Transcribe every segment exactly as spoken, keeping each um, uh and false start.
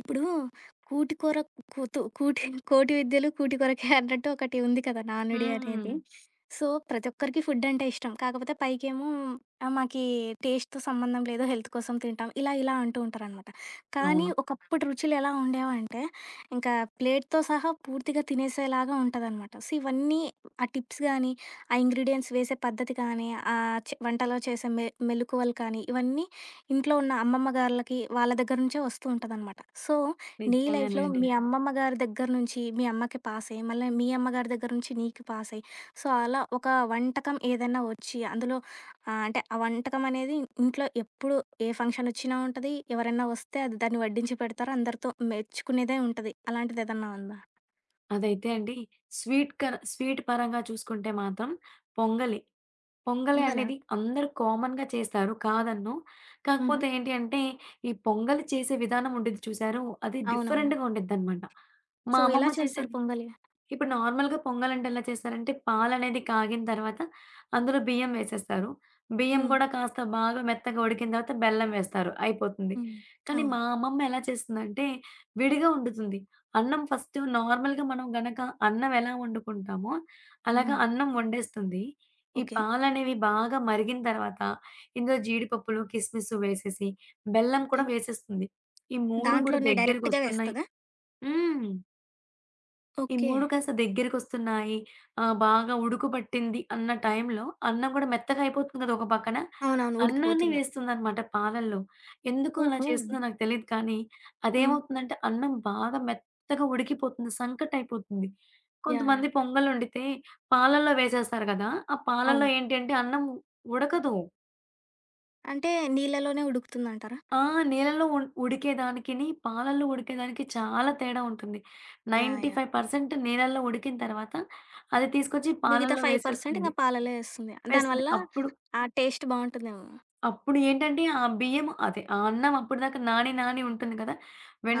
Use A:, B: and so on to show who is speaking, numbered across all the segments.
A: ఇప్పుడు కూటి కూర కూతు కూటి కోటి విద్యలు కూటి కొరకే అన్నట్టు ఒకటి ఉంది కదా, నానుడి
B: హ్మ్.
A: అనేది. సో, ప్రతి ఒక్కరికి ఫుడ్ అంటే ఇష్టం. కాకపోతే పైకేమో ఆహ్, మాకి టేస్ట్‌తో సంబంధం లేదు, హెల్త్ కోసం తింటాం, ఇలా ఇలా అంటూ ఉంటారనమాట. కానీ
B: అవును.
A: ఒకప్పటి రుచులు ఎలా ఉండేవంటే ఇంకా ప్లేట్‌తో సహా పూర్తిగా తినేసేలాగా ఉంటదనమాట. సో, ఇవన్నీ ఆ టిప్స్ గానీ, ఆ ఇంగ్రీడియెంట్స్ వేసే పద్ధతి కానీ, ఆ చే వంటలో చేసే మె మెళకువలు కానీ, ఇవన్నీ ఇంట్లో ఉన్న అమ్మమ్మ గార్లకి వాళ్ళ దగ్గర నుంచే వస్తూ ఉంటదనమాట. సో, నీ లైఫ్‌లో
B: నిజమేనండి.
A: మీ అమ్మమ్మ గారి దగ్గర నుంచి మీ అమ్మకి పాసయ్యి, మళ్ళీ మీ అమ్మగారి దగ్గర నుంచి నీకు పాసయ్యి, సో, అలా ఒక వంటకం ఏదైనా వచ్చి అందులో ఆహ్, అంటే ఆ వంటకం అనేది ఇంట్లో ఎప్పుడు ఏ ఫంక్షనొచ్చినా ఉంటది. ఎవరైనా వస్తే అది, దాన్ని వడ్డించి పెడతారు. అందరితో మెచ్చుకునేదే ఉంటది. అలాంటిదేదన్నా ఉందా?
B: అదైతే అండి స్వీట్ కర స్వీట్ పరంగా చూసుకుంటే మాత్రం పొంగలి. పొంగలి
A: పొంగలా?
B: అనేది అందరూ కామన్‌గా చేస్తారు, కాదనను.
A: హుహు.
B: కాకపోతే ఏంటి అంటే, ఈ పొంగలి చేసే విధానం ఉండిద్ది చూసారు? అది
A: అవునవును.
B: డిఫరెంట్‌గా ఉండిద్దనమాట. మా
A: సో, ఎలా
B: అమ్మమ్మ
A: చేస్తారు
B: చేసేది.
A: పొంగలి?
B: ఇప్పుడు నార్మల్‌గా పొంగలంటే ఎలా చేస్తారంటే, పాలనేది కాగిన తర్వాత అందులో బియ్యం వేసేస్తారు. బియ్యం
A: హ్మ్.
B: కూడా కాస్త బాగా మెత్తగా ఉడికిన తర్వాత బెల్లం వేస్తారు. అయిపోతుంది.
A: హ్మ్.
B: కానీ
A: అవును.
B: మా అమ్మమ్మ ఎలా చేస్తుందంటే, విడిగా వండుతుంది. అన్నం ఫస్ట్ నార్మల్‌గా మనం గనక అన్నం ఎలా వండుకుంటామో, అలాగా
A: హ్మ్.
B: అన్నం వండేస్తుంది. ఈ
A: ఓకే.
B: పాలనేవి బాగా మరిగిన తర్వాత ఇందులో జీడిపప్పులు, కిస్మిసు వేసేసి, బెల్లం
A: ఓకే.
B: కూడా వేసేస్తుంది. ఈ మూడు కూడా
A: దాంట్లోనే డైరెక్ట్‌గా
B: దగ్గరకొస్తున్నాయి.
A: వేస్తదా?
B: హ్మ్. ఈ
A: ఓకే.
B: మూడు కాస్త దగ్గరికొస్తున్నాయి. ఆహ్, బాగా ఉడుకు పట్టింది అన్న టైంలో అన్నం కూడా మెత్తగా అయిపోతుంది కదా! ఒక పక్కన.
A: అవునవును,
B: అన్నాన్ని
A: ఉడికిపోతుంది.
B: వేస్తుందనమాట పాలల్లో. ఎందుకు అలా
A: ఓహో!
B: చేస్తుందో నాకు తెలీదు కానీ,
A: హ్మ్.
B: అదేమవుతుందంటే అన్నం బాగా మెత్తగా ఉడికిపోతుంది. సంకటయిపోతుంది.
A: యాహ్!
B: కొంతమంది
A: యాహ్!
B: పొంగల్ వండితే పాలల్లో వేసేస్తారు కదా! ఆ పాలల్లో
A: అవును.
B: ఏంటి అంటే అన్నం ఉడకదు.
A: అంటే నీళ్ళలోనే ఉడుకుతుందంటారా?
B: ఆ! నీళ్ళలో ఉ ఉడికేదానికిని, పాలల్లో ఉడికేదానికి చాలా తేడా ఉంటుంది.
A: యాహ్! యాహ్!
B: తొంభై ఐదు శాతం నీళ్ళల్లో ఉడికిన తర్వాత అది తీసుకొచ్చి
A: మిగతా
B: పాలల్లో
A: ఐదు శాతం ఇంక
B: వేసేస్తుంది.
A: పాలలో ఏస్తుంది.
B: వేస్తుంది.
A: దానివల్ల
B: అప్పుడు
A: ఆ టేస్ట్ బావుంటుందేమో.
B: అప్పుడు ఏంటంటే, ఆ బియ్యం అదే ఆ అన్నం అప్పటిదాకా నాని నాని ఉంటుంది కదా!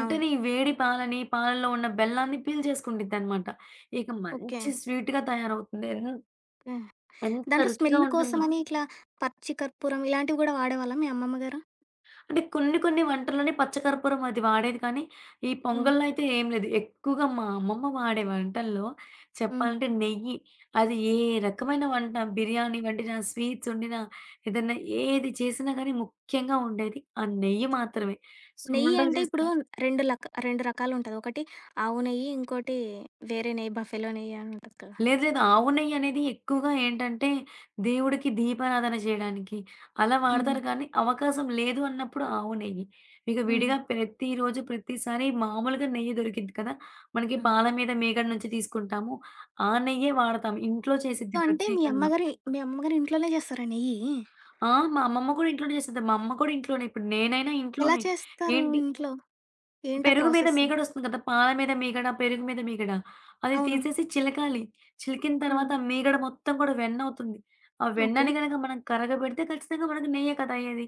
A: అవును.
B: ఈ వేడి పాలని, పాలల్లో ఉన్న బెల్లాన్ని పీల్చేసుకుండిద్దనమాట. ఇక
A: ఓకే.
B: మంచి స్వీట్‌గా తయారవుతుంది. ఎన్
A: ఓకే.
B: ఎంత
A: దాంట్లో స్మెల్
B: రుచిగా ఉంటుందో.
A: కోసమని ఇట్లా పచ్చి కర్పూరం ఇలాంటివి గూడా వాడేవాళ్ళా మీ అమ్మమ్మ గారు?
B: అంటే కొన్ని కొన్ని వంటల్లోనే పచ్చకర్పూరం అది వాడేది కానీ, ఈ
A: హ్మ్.
B: పొంగల్లో అయితే ఏం లేదు. ఎక్కువగా మా అమ్మమ్మ వాడే వంటల్లో చెప్పాలంటే
A: హ్మ్.
B: నెయ్యి. అది ఏ రకమైన వంట బిర్యానీ వండినా, స్వీట్స్ వండినా, ఏదన్నా ఏది చేసినా గానీ ముఖ్యంగా ఉండేది ఆ నెయ్యి మాత్రమే.
A: నెయ్యి
B: సున్నుండలు
A: అంటే
B: చేస్తే
A: ఇప్పుడు రెండు లక రెండు రకాలుంటది. ఒకటి ఆవు నెయ్యి, ఇంకోటి వేరే నెయ్యి, బఫెలో నెయ్యి అని ఉంటది కదా!
B: లేదు. లేదు. ఆవు నెయ్యనేది ఎక్కువగా ఏంటంటే, దేవుడికి దీపారాధన చేయడానికి అలా
A: హుహు.
B: వాడతారు కానీ, అవకాశం లేదు అన్నప్పుడు ఆవు నెయ్యి. ఇక
A: హుహు.
B: విడిగా ప్రతిరోజు, ప్రతిసారి మామూలుగా నెయ్యి దొరికిద్ది కదా! మనకి
A: హ్మ్.
B: పాల మీద మేగడ నుంచి తీసుకుంటాము. ఆ నెయ్యే వాడతాం. ఇంట్లో
A: సో,
B: చేసిద్ది
A: అంటే మీ
B: ప్రత్యేకంగా.
A: అమ్మగారు, మీ అమ్మగారు ఇంట్లోనే చేస్తారా నెయ్యి?
B: ఆ! మా అమ్మమ్మ కూడా ఇంట్లోనే చేసిద్ది. మా అమ్మ కూడా ఇంట్లోనే. ఇప్పుడు నేనైనా
A: ఎలా
B: ఇంట్లోనే.
A: చేస్తారు
B: ఏంటి?
A: ఇంట్లో? ఏంటా
B: పెరుగు మీద
A: ప్రాసెస్?
B: మీగడొస్తుంది కదా! పాల మీద మీగడ, పెరుగు మీద మీగడ. అది
A: అవును.
B: తీసేసి చిలకాలి. చిలికిన
A: హ్మ్.
B: తర్వాత ఆ మీగడ మొత్తం కూడా వెన్నవుతుంది. ఆ
A: ఓకే.
B: వెన్నని గనక మనం కరగబెడితే ఖచ్చితంగా మనకు నెయ్యే కదా అయ్యేది.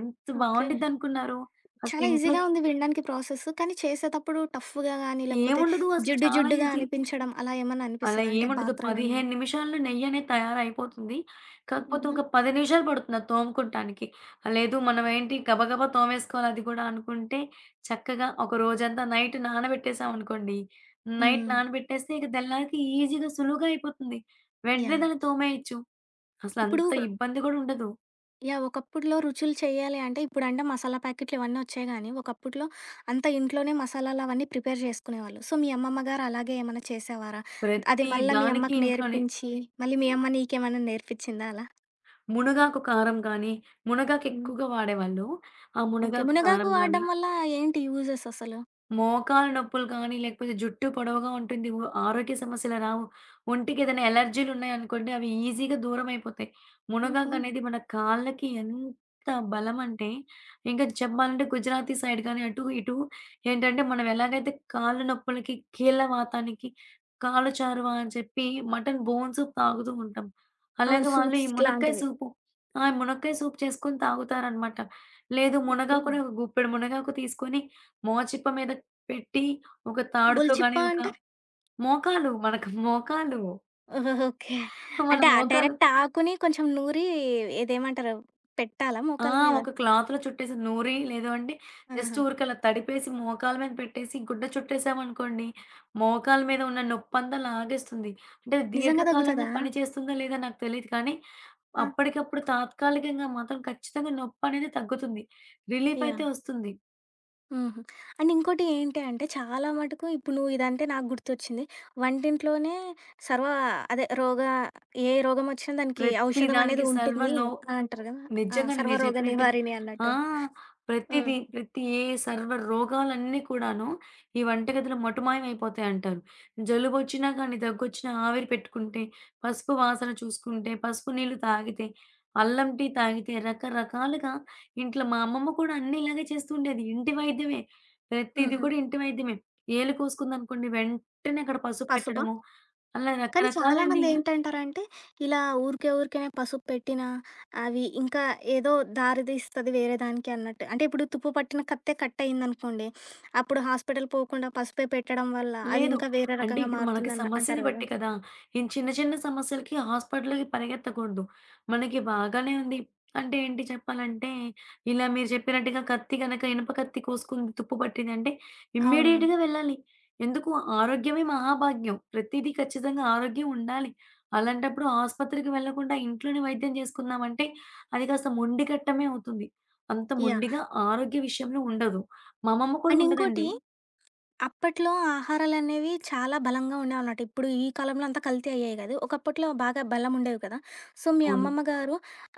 B: ఎంత
A: ఓకే.
B: బావుండిద్దనుకున్నారు. అసలు
A: చాలా
B: ఇంట్లో
A: ఈజీగా ఉంది వినడానికి ప్రాసెస్. కానీ చేసేతప్పుడు టఫ్‌గా గాని, లేకపోతే
B: ఏముండదు. అసలు
A: జిడ్డు
B: చాలా
A: జిడ్డుగా
B: ఈజీ.
A: అనిపించడం అలా ఏమన్నా
B: అలా
A: అనిపిస్తదా? అంటే
B: ఏముండదు.
A: పాత్రలన్నీ.
B: పదిహేను నిమిషాల్లో నెయ్యనేది తయారైపోతుంది. కాకపోతే
A: హుహు.
B: ఒక పది నిమిషాలు పడుతుంది అది తోముకుంటానికి. ఆ, లేదు మనమేంటి గబగబా తోమేసుకోవాలి అది కూడా అనుకుంటే, చక్కగా ఒక రోజంతా నైట్ నానబెట్టేసామనుకోండి, నైట్
A: హ్మ్.
B: నానబెట్టేస్తే ఇక తెల్లారికి ఈజీగా సులువుగా అయిపోతుంది. వెంటనే దాన్ని
A: యాహ్!
B: తోమేయొచ్చు.
A: ఇప్పుడు
B: అసలంత ఇబ్బంది కూడా ఉండదు.
A: యాహ్! ఒకప్పుడులో రుచులు చేయాలి అంటే, ఇప్పుడంటే మసాలా ప్యాకెట్లు ఇవన్నీ వచ్చాయి గానీ, ఒకప్పట్లో అంతా ఇంట్లోనే మసాలాలు అవన్నీ ప్రిపేర్ చేసుకునేవాళ్ళు. సో, మీ అమ్మమ్మ గారు అలాగే ఏమన్నా చేసేవారా? అది
B: ప్రతి
A: మళ్ళా మీ
B: దానికి
A: అమ్మకి
B: ఇంట్లోనే
A: నేర్పించి, మళ్ళీ మీ అమ్మ నీకేమన్నా నేర్పించిందా అలా?
B: మునగాకు కారం గానీ, మునగాకు
A: హ్మ్.
B: ఎక్కువగా వాడేవాళ్ళు. ఆ
A: ఓకే.
B: మునగాకు
A: మునగాకు
B: కారం గానీ
A: వాడడం వల్ల ఏంటి యూజెస్ అసలు?
B: మోకాలు నొప్పులు కానీ, లేకపోతే జుట్టు పొడవుగా ఉంటుంది. ఓ ఆరోగ్య సమస్యలు రావు. ఒంటికేదైనా ఎలర్జీలు ఉన్నాయనుకోండి, అవి ఈజీగా దూరమైపోతాయి.
A: హుహు.
B: మునగాకనేది మన కాళ్ళకి ఎంత బలమంటే, ఇంకా చెప్పాలంటే గుజరాతీ సైడ్ గాని, అటు ఇటు ఏంటంటే, మనం ఎలాగైతే కాళ్ళు నొప్పులకి, కీళ్ళ వాతానికి, కాలు చారువ అని చెప్పి మటన్ బోన్ సూప్ తాగుతూ ఉంటాం.
A: అవును,
B: అలాగే వాళ్ళు
A: సూప్స్
B: ఈ మునక్కాయ
A: లాంటివి.
B: సూపు. ఆ! మునక్కాయ సూప్ చేసుకొని తాగుతారనమాట. లేదు,
A: ఓకే.
B: మునగాకుని ఒక గుప్పెడు మునగాకు తీసుకొని మోచిప్ప మీద పెట్టి ఒక తాడుతో
A: గొలుచిప్ప
B: గాని, ఒక
A: అంటే?
B: మోకాలు మనకు మోకాలు.
A: ఓకే.
B: మన
A: అంటే ఆ ఆ!
B: మోకాలు.
A: డైరెక్ట్ ఆకుని కొంచెం నూరి, ఇదేమంటారు, పెట్టాలా
B: ఆ!
A: మోకాళ్ళ మీద?
B: ఒక క్లాత్‌లో చుట్టేసి నూరి, లేదు అంటే జస్ట్
A: ఆహా!
B: ఊరికే అలా తడిపేసి మోకాలు మీద పెట్టేసి గుడ్డ చుట్టేసామనుకోండి, మోకాలు మీద ఉన్న నొప్పంతా లాగేస్తుంది. అంటే అది
A: నిజంగా
B: దీర్ఘకాలంగా
A: తగ్గుతదా?
B: పనిచేస్తుందా లేదా నాకు తెలీదు కానీ,
A: ఆ!
B: అప్పటికప్పుడు తాత్కాలికంగా మాత్రం ఖచ్చితంగా నొప్పనేది తగ్గుతుంది. రిలీఫ్ అయితే
A: యాహ్!
B: వస్తుంది.
A: హుహు. అండ్ ఇంకోటి ఏంటి అంటే, చాలా మటుకు ఇప్పుడు నువ్వు ఇదంటే నాకు గుర్తొచ్చింది. వంటింట్లోనే సర్వ అదే రోగ ఏ రోగం వచ్చినా దానికి
B: ప్రతి
A: ఔషధం
B: దానికి
A: అనేది
B: సర్వ
A: ఉంటుంది
B: నో
A: అంటారు కదా! ఆ,
B: నిజంగానే మీరు
A: సర్వరోగ
B: చెప్పినట్టుగా
A: నివారిణి
B: ఆ!
A: అన్నట్టు. హ్మ్.
B: ప్రతిది ప్రతి ఏ సర్వ రోగాలన్నీ కూడాను ఈ వంటగదిలో మటుమాయమైపోతాయంటారు. జలుబొచ్చినా కానీ, దగ్గొచ్చినా ఆవిరి పెట్టుకుంటే, పసుపు వాసన చూసుకుంటే, పసుపు నీళ్లు తాగితే, అల్లం టీ తాగితే రకరకాలుగా ఇంట్లో మా అమ్మమ్మ కూడా అన్నీ ఇలాగే చేస్తుండేది. ఇంటి వైద్యమే. ప్రతిది
A: హుహు.
B: కూడా ఇంటి వైద్యమే. ఏలు కోసుకుందనుకోండి వెంటనే అక్కడ పసుపు
A: పసుపా?
B: పెట్టడము, అలా
A: కానీ
B: రకరకాలండి.
A: చాలామందేంటంటారంటే, ఇలా ఊరికే ఊరికేనే పసుపు పెట్టినా, అవి ఇంకా ఏదో దారి తీస్తది వేరే దానికి అన్నట్టు. అంటే ఇప్పుడు తుప్పు పట్టిన కత్తే కట్టయిందనుకోండి, అప్పుడు హాస్పిటల్ పోకుండా పసుపే పెట్టడం వల్ల అది
B: లేదు.
A: ఇంకా వేరే
B: అంటే
A: రకంగా
B: ఇప్పుడు మనకి
A: మారుతుందన్న
B: సమస్యని
A: అంటారు గదా!
B: బట్టి కదా! ఈ చిన్న చిన్న సమస్యలకి హాస్పిటల్‌కి పరిగెత్తకూడదు. మనకి బాగానే ఉంది. అంటే ఏంటి చెప్పాలంటే, ఇలా మీరు చెప్పినట్టుగా కత్తి గనక ఇనుప కత్తి కోసుకుంది, తుప్పు పట్టిందంటే
A: అవునవును.
B: ఇమ్మీడియేట్‌గా వెళ్ళాలి. ఎందుకు ఆరోగ్యమే మహాభాగ్యం. ప్రతీదీ ఖచ్చితంగా ఆరోగ్యం ఉండాలి. అలాంటప్పుడు ఆస్పత్రికి వెళ్ళకుండా ఇంట్లోనే వైద్యం చేసుకుందామంటే అది కాస్త మొండిఘట్టమే అవుతుంది. అంత
A: యాహ్!
B: మొండిగా ఆరోగ్య విషయంలో ఉండదు. మా అమ్మమ్మ కూడా
A: అండ్ ఇంకోటి,
B: ఉండదండి.
A: అప్పట్లో ఆహారాలనేవి చాలా బలంగా ఉండేవన్నమాట. ఇప్పుడు ఈ కాలంలో అంతా కల్తీ అయ్యాయి కదా! ఒకప్పట్లో బాగా బలం ఉండేవి కదా! సో, మీ
B: అవును.
A: అమ్మమ్మ గారు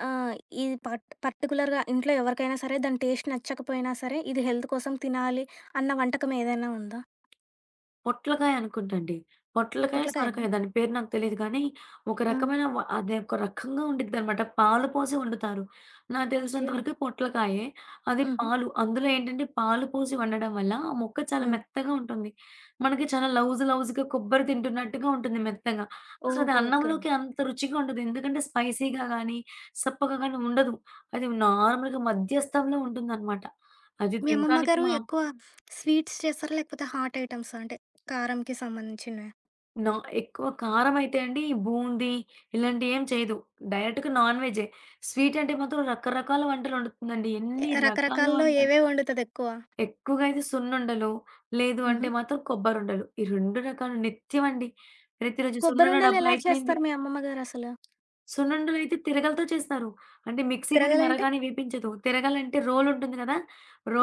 A: ఆహ్, ఈ పట్ పర్టిక్యులర్‌గా ఇంట్లో ఎవరికైనా సరే దాని టేస్ట్ నచ్చకపోయినా సరే, ఇది హెల్త్ కోసం తినాలి అన్న వంటకం ఏదైనా ఉందా?
B: పొట్లకాయ అనుకుంటా అండి. పొట్లకాయ,
A: పొట్లకాయేనా?
B: సొరకాయ దాని పేరు నాకు తెలీదు గానీ, ఒక
A: ఆ!
B: రకమైన వ అది ఒక రకంగా ఉండిద్దనమాట. పాలు పోసి వండుతారు. నాకు తెలిసినంత
A: ఓకే.
B: వరకు పొట్లకాయే. అది
A: హుహు.
B: పాలు అందులో ఏంటంటే పాలు పోసి వండడం వల్ల ఆ ముక్క చాలా
A: హ్మ్.
B: మెత్తగా ఉంటుంది. మనకి చాలా లౌజ్ లౌజ్‌గా కొబ్బరి తింటున్నట్టుగా ఉంటుంది మెత్తగా. అసలు అది
A: ఓహో! ఓకే.
B: అన్నంలోకి అంత రుచిగా ఉండదు. ఎందుకంటే స్పైసీగా గానీ, సప్పగా గానీ ఉండదు. అది నార్మల్‌గా మధ్యస్థంలో ఉంటుందనమాట. అది
A: మీ అమ్మమ్మ
B: తినటానికి
A: గారు
B: మా
A: ఎక్కువ స్వీట్స్ చేస్తారా? లేకపోతే హాట్ ఐటెమ్సా? అంటే కారంకి సంబంధించినవా?
B: నా ఎక్కువ కారమైతే అండి బూంది ఇలాంటివి ఏం చేయదు. డైరెక్ట్‌గా నాన్ వెజ్జే. స్వీట్ అంటే మాత్రం రకరకాల వంటలు వండుతుందండి. ఎన్ని రకాల
A: రకరకాల్లో
B: వంటలు
A: ఏవేవి వండుతదెక్కువ?
B: ఎక్కువగా అయితే సున్నుండలు, లేదు
A: హుహు.
B: అంటే మాత్రం కొబ్బరుండలు. ఈ రెండు రకాలు నిత్యం అండి. ప్రతిరోజు
A: కొబ్బరి
B: సున్నుండ
A: ఉండలు
B: డబ్బా
A: ఎలా
B: అయిపోయింది.
A: చేస్తారు మీ అమ్మమ్మ గారసలు?
B: సున్నుండలైతే తిరగలితో చేస్తారు. అంటే మిక్సీ గాని, మర
A: తిరగలంటే?
B: గాని వేపించదు. తిరగలంటే రోలుంటుంది కదా!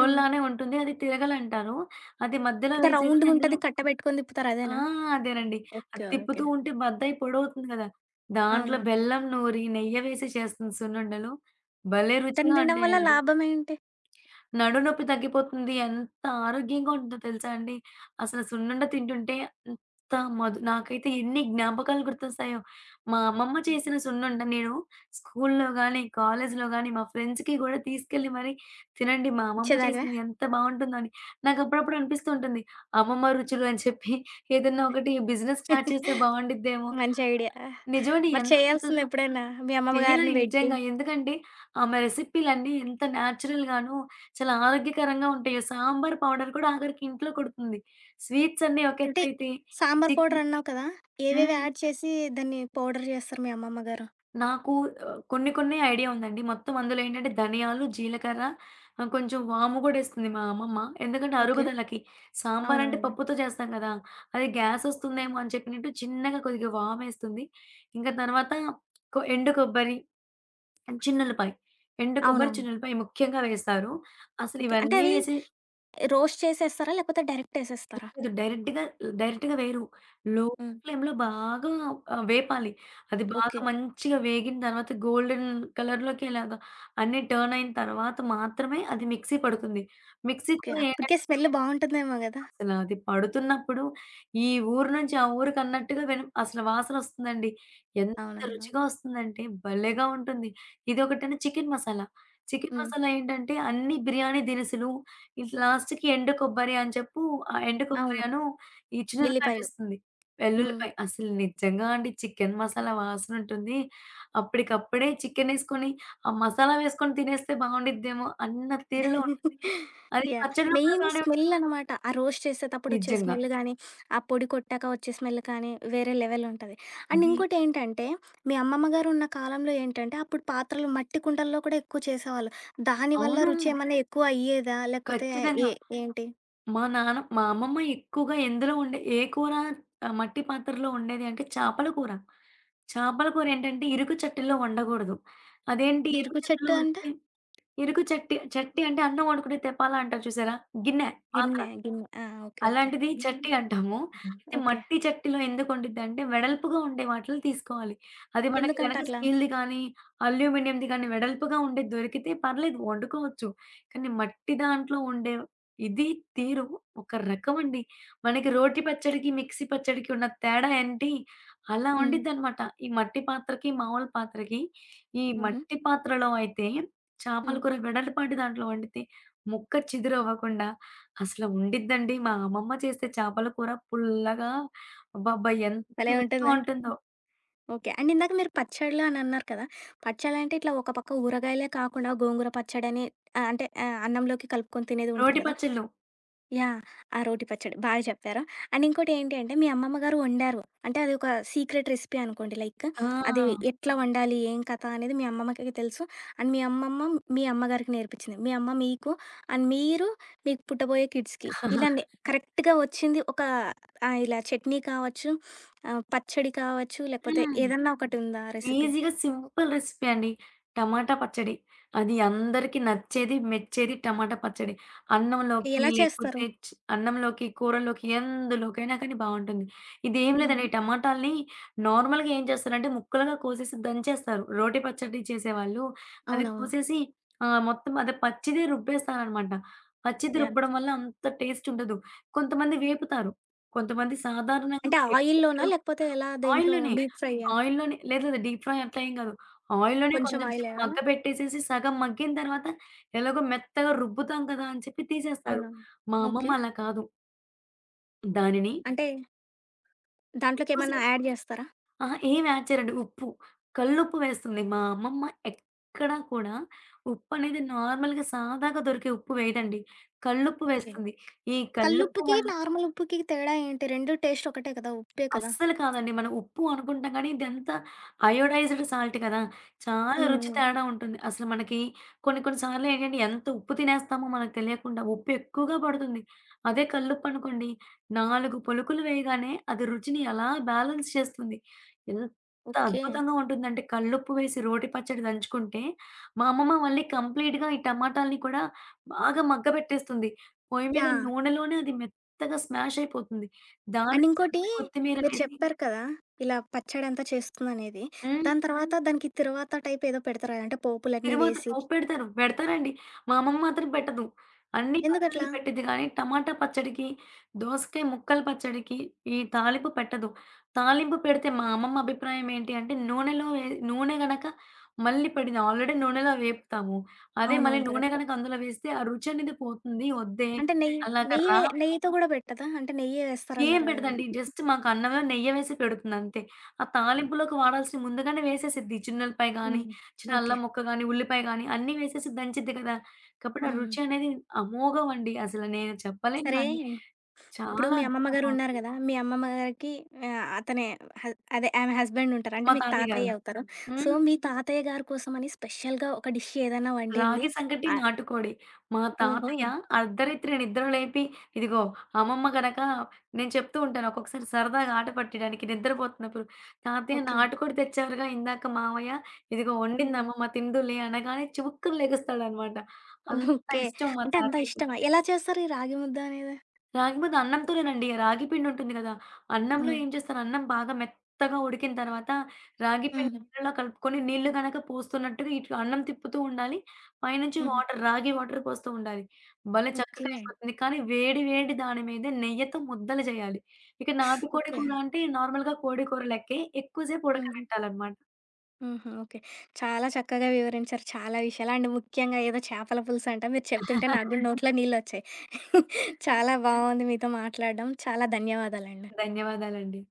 A: హ్మ్.
B: ఉంటుంది. అది తిరగలంటారు. అది మధ్యలో
A: అంటే
B: వేసేసి అందులో.
A: రౌండ్‌గుంటది, కట్ట పెట్టుకొని తిప్పుతారు
B: ఆ!
A: అదేనా?
B: అదేనండి. అది
A: ఓకే.
B: తిప్పుతూ
A: ఓకే.
B: ఉంటే బత్తాయి పొడవుతుంది గదా! దాంట్లో
A: అవునవును.
B: బెల్లం నూరి, నెయ్యి వేసి చేస్తుంది సున్నుండలు. భలే
A: దాన్ని
B: రుచిగా
A: తినడం వల్ల
B: ఉంటాయండి.
A: లాభమేంటి?
B: నడునొప్పి తగ్గిపోతుంది. ఎంత ఆరోగ్యంగా ఉంటుందో తెలుసా అండి. అసలు సున్నుండ తింటుంటే అంత మధు నాకైతే ఎన్ని జ్ఞాపకాలు గుర్తొస్తాయో. మా అమ్మమ్మ చేసిన సున్నుండ నేను స్కూలులో గాని, కాలేజీలో గాని మా ఫ్రెండ్స్‌కి గూడా తీసుకెళ్ళి మరీ, తినండి మా అమ్మమ్మ
A: ఇచ్చేదానివా?
B: చేసింది ఎంత బావుంటుందో అని. నాకు అప్పుడప్పుడు అనిపిస్తూ ఉంటుంది. అమ్మమ్మ రుచులు అని చెప్పి ఏదన్నా ఒకటి బిజినెస్ స్టార్ట్ చేస్తే బావుండిద్దేమో.
A: మంచి ఐడియా.
B: నిజమండి.
A: మరి
B: ఎంత
A: చేయాల్సింది
B: చక్కగా
A: ఎప్పుడైనా మీ అమ్మమ్మ గారిని
B: చెయ్యాలి
A: బెట్టి.
B: నిజంగా. ఎందుకంటే ఆమె రెసిపీలన్నీ ఎంత న్యాచురల్‌గాను, చాలా ఆరోగ్యకరంగా ఉంటాయో. సాంబార్ పౌడర్ కూడా ఆఖరికి ఇంట్లో కొడుతుంది. స్వీట్స్ అన్నీ ఒక
A: అంటే
B: ఎత్తైతే,
A: సాంబార్ పౌడర్
B: చికెన్.
A: అన్నావు కదా! ఏవేవి
B: హ్మ్.
A: యాడ్ చేసి దాన్ని పౌడర్ చేస్తారు మీ అమ్మమ్మ గారు?
B: నాకు ఆహ్, కొన్ని కొన్ని ఐడియా ఉందండి. మొత్తం అందులో ఏంటంటే ధనియాలు, జీలకర్ర, ఆహ్, కొంచెం వాము కూడా ఎస్తుంది మా అమ్మమ్మ. ఎందుకంటే
A: ఓకే.
B: అరుగుదలకి. సాంబార్ అంటే
A: అవునవునులే.
B: పప్పుతో చేస్తాం కదా! అది గ్యాస్ వస్తుందేమో అని చెప్పినట్టు చిన్నగా కొద్దిగా వామేస్తుంది. ఇంకా తర్వాత కొ ఎండు కొబ్బరి, చిన్నుల్లిపాయ. ఎండు కొబ్బరి,
A: అవునవును.
B: చిన్నుల్లిపాయ ముఖ్యంగా వేస్తారు. అసలు
A: ఓకే. అంటే
B: ఇవన్నీ
A: అవి
B: వేసి
A: రోస్ట్ చేసేస్తారా? లేకపోతే డైరెక్ట్ ఏసేస్తారా?
B: లేదు డైరెక్ట్‌గా, డైరెక్ట్‌గా వేయరు. లో
A: హ్మ్.
B: ఫ్లేమ్‌లో బాగా ఆహ్, వేపాలి. అది బాగా
A: ఓకే.
B: మంచిగా వేగిన తర్వాత గోల్డెన్ కలర్‌లోకి ఇలాగా అన్నీ టర్న్ అయిన తర్వాత మాత్రమే అది మిక్సీ పడుతుంది. Mixie
A: okay.
B: కూడా
A: అప్పటికే
B: ఏంటంటే
A: స్మెల్ బావుంటుందేమో గదా!
B: అసలు అది పడుతున్నప్పుడు ఈ ఊరు నుంచి ఆ ఊరికన్నట్టుగా విన అసలు వాసనొస్తుందండి. ఎంత
A: అవునవును.
B: రుచిగా వస్తుందంటే భలేగా ఉంటుంది. ఇదొకటేను చికెన్ మసాలా. చికెన్
A: హ్మ్.
B: మసాలా ఏంటంటే అన్ని బిర్యానీ దినుసులు ఇట్లా లాస్ట్‌కి ఎండు కొబ్బరి అని చెప్పు, ఆ ఎండు
A: అవును.
B: కొబ్బరను ఈ చినపకాయ
A: ఎల్లిపాయలు.
B: వేస్తుంది.
A: హ్మ్.
B: వెల్లుల్లిపాయ అసలు నిజంగా అండి చికెన్ మసాలా వాసనుంటుంది. అప్పటికప్పుడే చికెనేసుకొని ఆ మసాలా వేసుకొని తినేస్తే బావుండిద్దేమో అన్న తీరులో ఉంటుంది. అది
A: యాహ్!
B: పచ్చడిలో కూడా
A: మెయిన్
B: బానే ఉంటుంది
A: స్మెల్లనమాట. ఆ రోస్ట్ చేసేతప్పుడొచ్చే
B: నిజంగా.
A: స్మెల్ గానీ, ఆ పొడి కొట్టాక వచ్చే స్మెల్ కానీ, వేరే లెవెలుంటది. అండ్
B: అది
A: ఇంకోటేంటంటే, మీ అమ్మమ్మ గారు ఉన్న కాలంలో ఏంటంటే, అప్పుడు పాత్రలు మట్టి కుండల్లో కూడా ఎక్కువ చేసేవాళ్ళు. దానివల్ల
B: అవును.
A: రుచి ఏమన్నా ఎక్కువ అయ్యేదా? లేకపోతే
B: ఖచ్చితంగా.
A: ఏ ఏంటి?
B: మా నాన్న మా అమ్మమ్మ ఎక్కువగా ఎందులో వండే ఏ కూర ఆహ్, మట్టి పాత్రలో వండేది అంటే చేపల కూర. చేపల కూర ఏంటంటే ఇరుకు చట్టుల్లో వండకూడదు. అదేంటి ఇరుకు
A: ఇరుకు
B: చట్టులో
A: చెట్టు అంటే?
B: వండితే ఇరుకు చట్టి చట్టి అంటే అన్నం వండుకునే తెప్పాల అంటారు చూసారా? గిన్నె, పాత్ర.
A: గిన్నె. గిన్నె. ఆ! ఓకే. ఓకే.
B: అలాంటిది చట్టి అంటాము. అయితే
A: ఓకే.
B: మట్టి చట్టిలో ఎందుకుండిద్దంటే వెడల్పుగా ఉండే వాటిలో తీసుకోవాలి. అది మనకి గనక
A: ఎందుకంటట్లా?
B: స్టీల్‌ది కానీ, అల్యూమినియంది కానీ వెడల్పుగా ఉండేది దొరికితే పర్లేదు వండుకోవచ్చు. కానీ మట్టి దాంట్లో ఉండే ఇది, తీరు ఒక రకమండి. మనకి రోటి పచ్చడికి, మిక్సీ పచ్చడికి ఉన్న తేడా ఏంటి? అలా
A: హ్మ్.
B: ఉండిద్దనమాట. ఈ మట్టి పాత్రకి, మామూలు పాత్రకి. ఈ
A: హుహు.
B: మట్టి పాత్రలో అయితే చేపల
A: హ్మ్.
B: కూర వెడలపాటి దాంట్లో వండితే ముక్క చిదురవ్వకుండా అసలు ఉండిద్దండి. మా అమ్మమ్మ చేసే చేపల కూర పుల్లగా అబ్బబ్బా! ఎంత
A: భలే
B: రుచిగా
A: ఉంటుందా?
B: ఉంటుందో.
A: ఓకే. అండ్ ఇందాక మీరు పచ్చళ్ళు అని అన్నారు కదా! పచ్చళ్ళంటే ఇట్లా ఒక పక్క ఊరగాయలే కాకుండా గోంగూర పచ్చడని ఆహ్, అంటే ఆహ్, అన్నంలోకి కలుపుకొని తినేది ఉంటుంది
B: రోటి
A: కదా!
B: పచ్చళ్ళు.
A: యాహ్! ఆ రోటి పచ్చడి. బాగా చెప్పారు. అండ్ ఇంకోటి ఏంటి అంటే, మీ అమ్మమ్మ గారు వండారు. అంటే అది ఒక సీక్రెట్ రెసిపీ అనుకోండి. లైక్, అది
B: ఆ!
A: ఎట్లా వండాలి? ఏం కథ? అనేది మీ అమ్మమ్మకి తెలుసు. అండ్ మీ అమ్మమ్మ మీ అమ్మగారికి నేర్పించింది. మీ అమ్మ మీకు, అండ్ మీరు మీకు పుట్టబోయే కిడ్స్‌కి. ఇలా నే కరెక్ట్‌గా వచ్చింది ఒక ఆహ్, ఇలా చట్నీ కావచ్చు, ఆహ్, పచ్చడి కావచ్చు, లేకపోతే
B: హ్మ్.
A: ఏదన్నా ఒకటి ఉందా రెసిపీ?
B: ఈజీగా సింపుల్ రెసిపీ అండి. టమాటా పచ్చడి. అది అందరికి నచ్చేది, మెచ్చేది టమాటా పచ్చడి. అన్నంలోకి
A: ఎలా చేస్తారు?
B: లేకపోతే చ్ అన్నంలోకి, కూరల్లోకి ఎందులోకైనా కానీ బావుంటుంది. ఇదేం లేదండి
A: హుహు.
B: టమాటాల్ని నార్మల్‌గా ఏం చేస్తారంటే ముక్కలుగా కోసేసి దంచేస్తారు. రోటి పచ్చడి చేసేవాళ్ళు అది
A: అవునవును.
B: కోసేసి ఆహ్, మొత్తం అదే పచ్చిదే రుబ్బేస్తారనమాట. పచ్చిది
A: యాహ్!
B: రుబ్బడం వల్ల అంత టేస్ట్ ఉండదు. కొంతమంది వేపుతారు. కొంతమంది సాధారణంగా
A: అంటే
B: ఎ ఎక్కడ
A: ఆయిల్‌లోనా? లేకపోతే ఎలా, దేంట్లో
B: ఆయిల్‌లోనే.
A: డీప్ ఫ్రైయ్యా?
B: ఆయిల్‌లోనే. లేదు లేదు. డీప్ ఫ్రై అట్లా ఏం కాదు. ఆయిల్‌లోనే
A: కొంచెం
B: కొంచెం
A: ఆయిల్
B: సేపు
A: ఎయ్యాలా?
B: మగ్గబెట్టేసేసి సగం మగ్గిన తర్వాత ఎలాగో మెత్తగా రుబ్బుతాం కదా! అని చెప్పి తీసేస్తారు.
A: అవునా?
B: మా
A: ఓకే.
B: అమ్మమ్మ అలా కాదు. దానిని
A: అంటే
B: ఎక్కువ
A: దాంట్లోకేమన్నా
B: సేపు
A: యాడ్ జేస్తారా?
B: అహా! ఏం యాడ్ చేయరండి. ఉప్పు. కల్లుప్పు వేస్తుంది. మా అమ్మమ్మ ఎక్కడా కూడా ఉప్పనేది నార్మల్‌గా సాదాగా దొరికే ఉప్పు వేయదండి. కల్లుప్పు
A: ఓకే.
B: వేస్తుంది. ఈ కల్లుప్పు
A: కల్లుప్పుకి,
B: వల్ల
A: నార్మల్ ఉప్పుకి తేడా ఏంటి? రెండు టేస్ట్ ఒకటే కదా! ఉప్పే కదా!
B: అస్సలు కాదండి. మనం ఉప్పు అనుకుంటాం గానీ, ఇదంతా అయోడైజ్డ్ సాల్ట్ కదా! చాలా హ్మ్.
A: హ్మ్.
B: రుచి
A: హ్మ్.
B: తేడా ఉంటుంది. అసలు మనకి కొన్ని కొన్ని సార్లు ఏంటంటే, ఎంత ఉప్పు తినేస్తామో మనకు తెలియకుండా ఉప్పు ఎక్కువగా పడుతుంది. అదే కల్లుప్పు అనుకోండి, నాలుగు పలుకులు వేయగానే అది రుచిని ఎలా బ్యాలెన్స్ చేస్తుంది. ఎంత
A: ఓకే.
B: అద్భుతంగా ఉంటుందంటే, కల్లుప్పు వేసి రోటి పచ్చడి దంచుకుంటే, మా అమ్మమ్మ మళ్ళీ కంప్లీట్‌గా ఈ టమాటాల్ని కూడా బాగా మగ్గబెట్టేస్తుంది. పొయ్యి మీద
A: యాహ్!
B: నూనెలోనే అది మెత్తగా స్మాష్ అయిపోతుంది. దాన్ని
A: అండ్ ఇంకోటి
B: తీసుకొచ్చి కొత్తిమీర
A: మీరు
B: వేసి
A: చెప్పారు కదా, ఇలా పచ్చడంతా చేస్తుందనేది.
B: హ్మ్.
A: దాని తర్వాత దానికి తిరువాత టైప్ ఏదో పెడతారు గదా! అంటే పోపులన్నీ
B: తిరువాత
A: వేసి.
B: పోపు పెడతారు. పెడతారండి. మా అమ్మమ్మ మాత్రం పెట్టదు. అన్ని పచ్చడికి
A: ఎందుకట్లా?
B: పెట్టిద్ది గానీ, టమాటా పచ్చడికి, దోసకాయ ముక్కల పచ్చడికి ఈ తాలింపు పెట్టదు. తాలింపు పెడితే మా అమ్మమ్మ అభిప్రాయం ఏంటి అంటే, నూనెలో వే నూనె గనక మళ్ళీ పడింది. ఆల్రెడీ నూనెలో వేపుతాము. అదే మళ్ళీ
A: అవునవును,
B: నూనె
A: కరెక్ట్.
B: గనక అందులో వేస్తే ఆ రుచి అనేది పోతుంది. వద్దే
A: అంటే నెయ్యి
B: అలాగా
A: నెయ్యి
B: రా
A: వే నెయ్యితో గూడా పెట్టదా? అంటే నెయ్యే
B: ఏం
A: వేస్తారన్నారు గదా
B: పెడదండి.
A: మీరు?
B: జస్ట్ మాకు అన్నంలో నెయ్యి వేసి పెడుతుందంతే. ఆ తాలింపులోకి వాడాల్సిన ముందుగానే వేసేసిద్ది. చిన్నుల్లిపాయ గానీ,
A: హ్మ్.
B: చిన్న
A: ఓకే.
B: అల్లం ముక్క గానీ, ఉల్లిపాయ గానీ అన్నీ వేసేసి దంచిద్ది కదా! కాబట్టి ఆ
A: హ్మ్.
B: రుచి అనేది అమోఘమండి. అసలు నేను చెప్పలేను
A: సరే,
B: గానీ
A: ఇప్పుడు
B: చాలా
A: మీ అమ్మమ్మ గారు
B: అద్భుతంగా
A: ఉన్నారు
B: ఉంటుంది.
A: గదా! మీ అమ్మమ్మ గారికి ఆహ్, అతనే హస్ అదే ఆమె హస్బెండ్ ఉంటారు. అంటే
B: మా
A: మీకు
B: తాతయ్య గారు.
A: తాతయ్య అవుతారు. సో,
B: హ్మ్.
A: మీ తాతయ్య గారి కోసమని స్పెషల్‌గా ఒక డిష్ ఏదైనా వండింది?
B: రాగి సంగటి,
A: ఆహ్,
B: నాటుకోడి. మా
A: ఓహో!
B: తాతయ్య అర్ధరాత్రి నిద్ర లేపి, ఇదిగో అమ్మమ్మ గనక నేను చెప్తూ ఉంటాను ఒక్కొక్కసారి సరదాగా ఆట పట్టడానికి నిద్రపోతున్నప్పుడు, "తాతయ్య
A: ఓకే.
B: నాటుకోడి తెచ్చారుగా ఇందాక మావయ్య, ఇదిగో
A: హ్మ్.
B: వండిందమ్మమ్మ తిందువులే" అనగానే చివుక్కున లెగుస్తాడనమాట. అంత
A: ఓకే.
B: ఇష్టం మా
A: అంటే అంత
B: తాతయ్యకి.
A: ఇష్టమా? ఎలా చేస్తారు ఈ రాగి ముద్ద అనేది?
B: రాగిముద్ద అన్నంతోనేనండి. రాగి పిండుంటుంది గదా! అన్నంలో
A: హ్మ్.
B: ఏం చేస్తాను, అన్నం బాగా మెత్తగా ఉడికిన తర్వాత రాగి పిండి
A: హుహు.
B: నీళ్ళలో కలుపుకొని నీళ్ళు గనక పోస్తున్నట్టుగా ఇటు అన్నం తిప్పుతూ ఉండాలి. పైనుంచి
A: హుహు.
B: వాటర్ రాగి వాటర్ పోస్తూ ఉండాలి. భలే
A: ఓకే.
B: చక్కగా అయిపోతుంది. కానీ వేడి వేడి దాని మీద నెయ్యితో ముద్దలు చేయాలి. ఇక నాటుకోడి
A: ఓకే.
B: కూర అంటే నార్మల్‌గా కోడి కూర లెక్కే ఎక్కువ సేపు
A: హుహు.
B: ఉడకబెట్టాలన్నమాట.
A: హుహు. ఓకే. చాలా చక్కగా వివరించారు చాలా విషయాలు. అండ్ ముఖ్యంగా ఏదో చేపల పులుసు అంట మీరు చెప్తుంటే నాకు గూడా నోట్లో నీళ్ళొచ్చాయి. చాలా బాగుంది మీతో మాట్లాడడం. చాలా ధన్యవాదాలండి.
B: ధన్యవాదాలండి.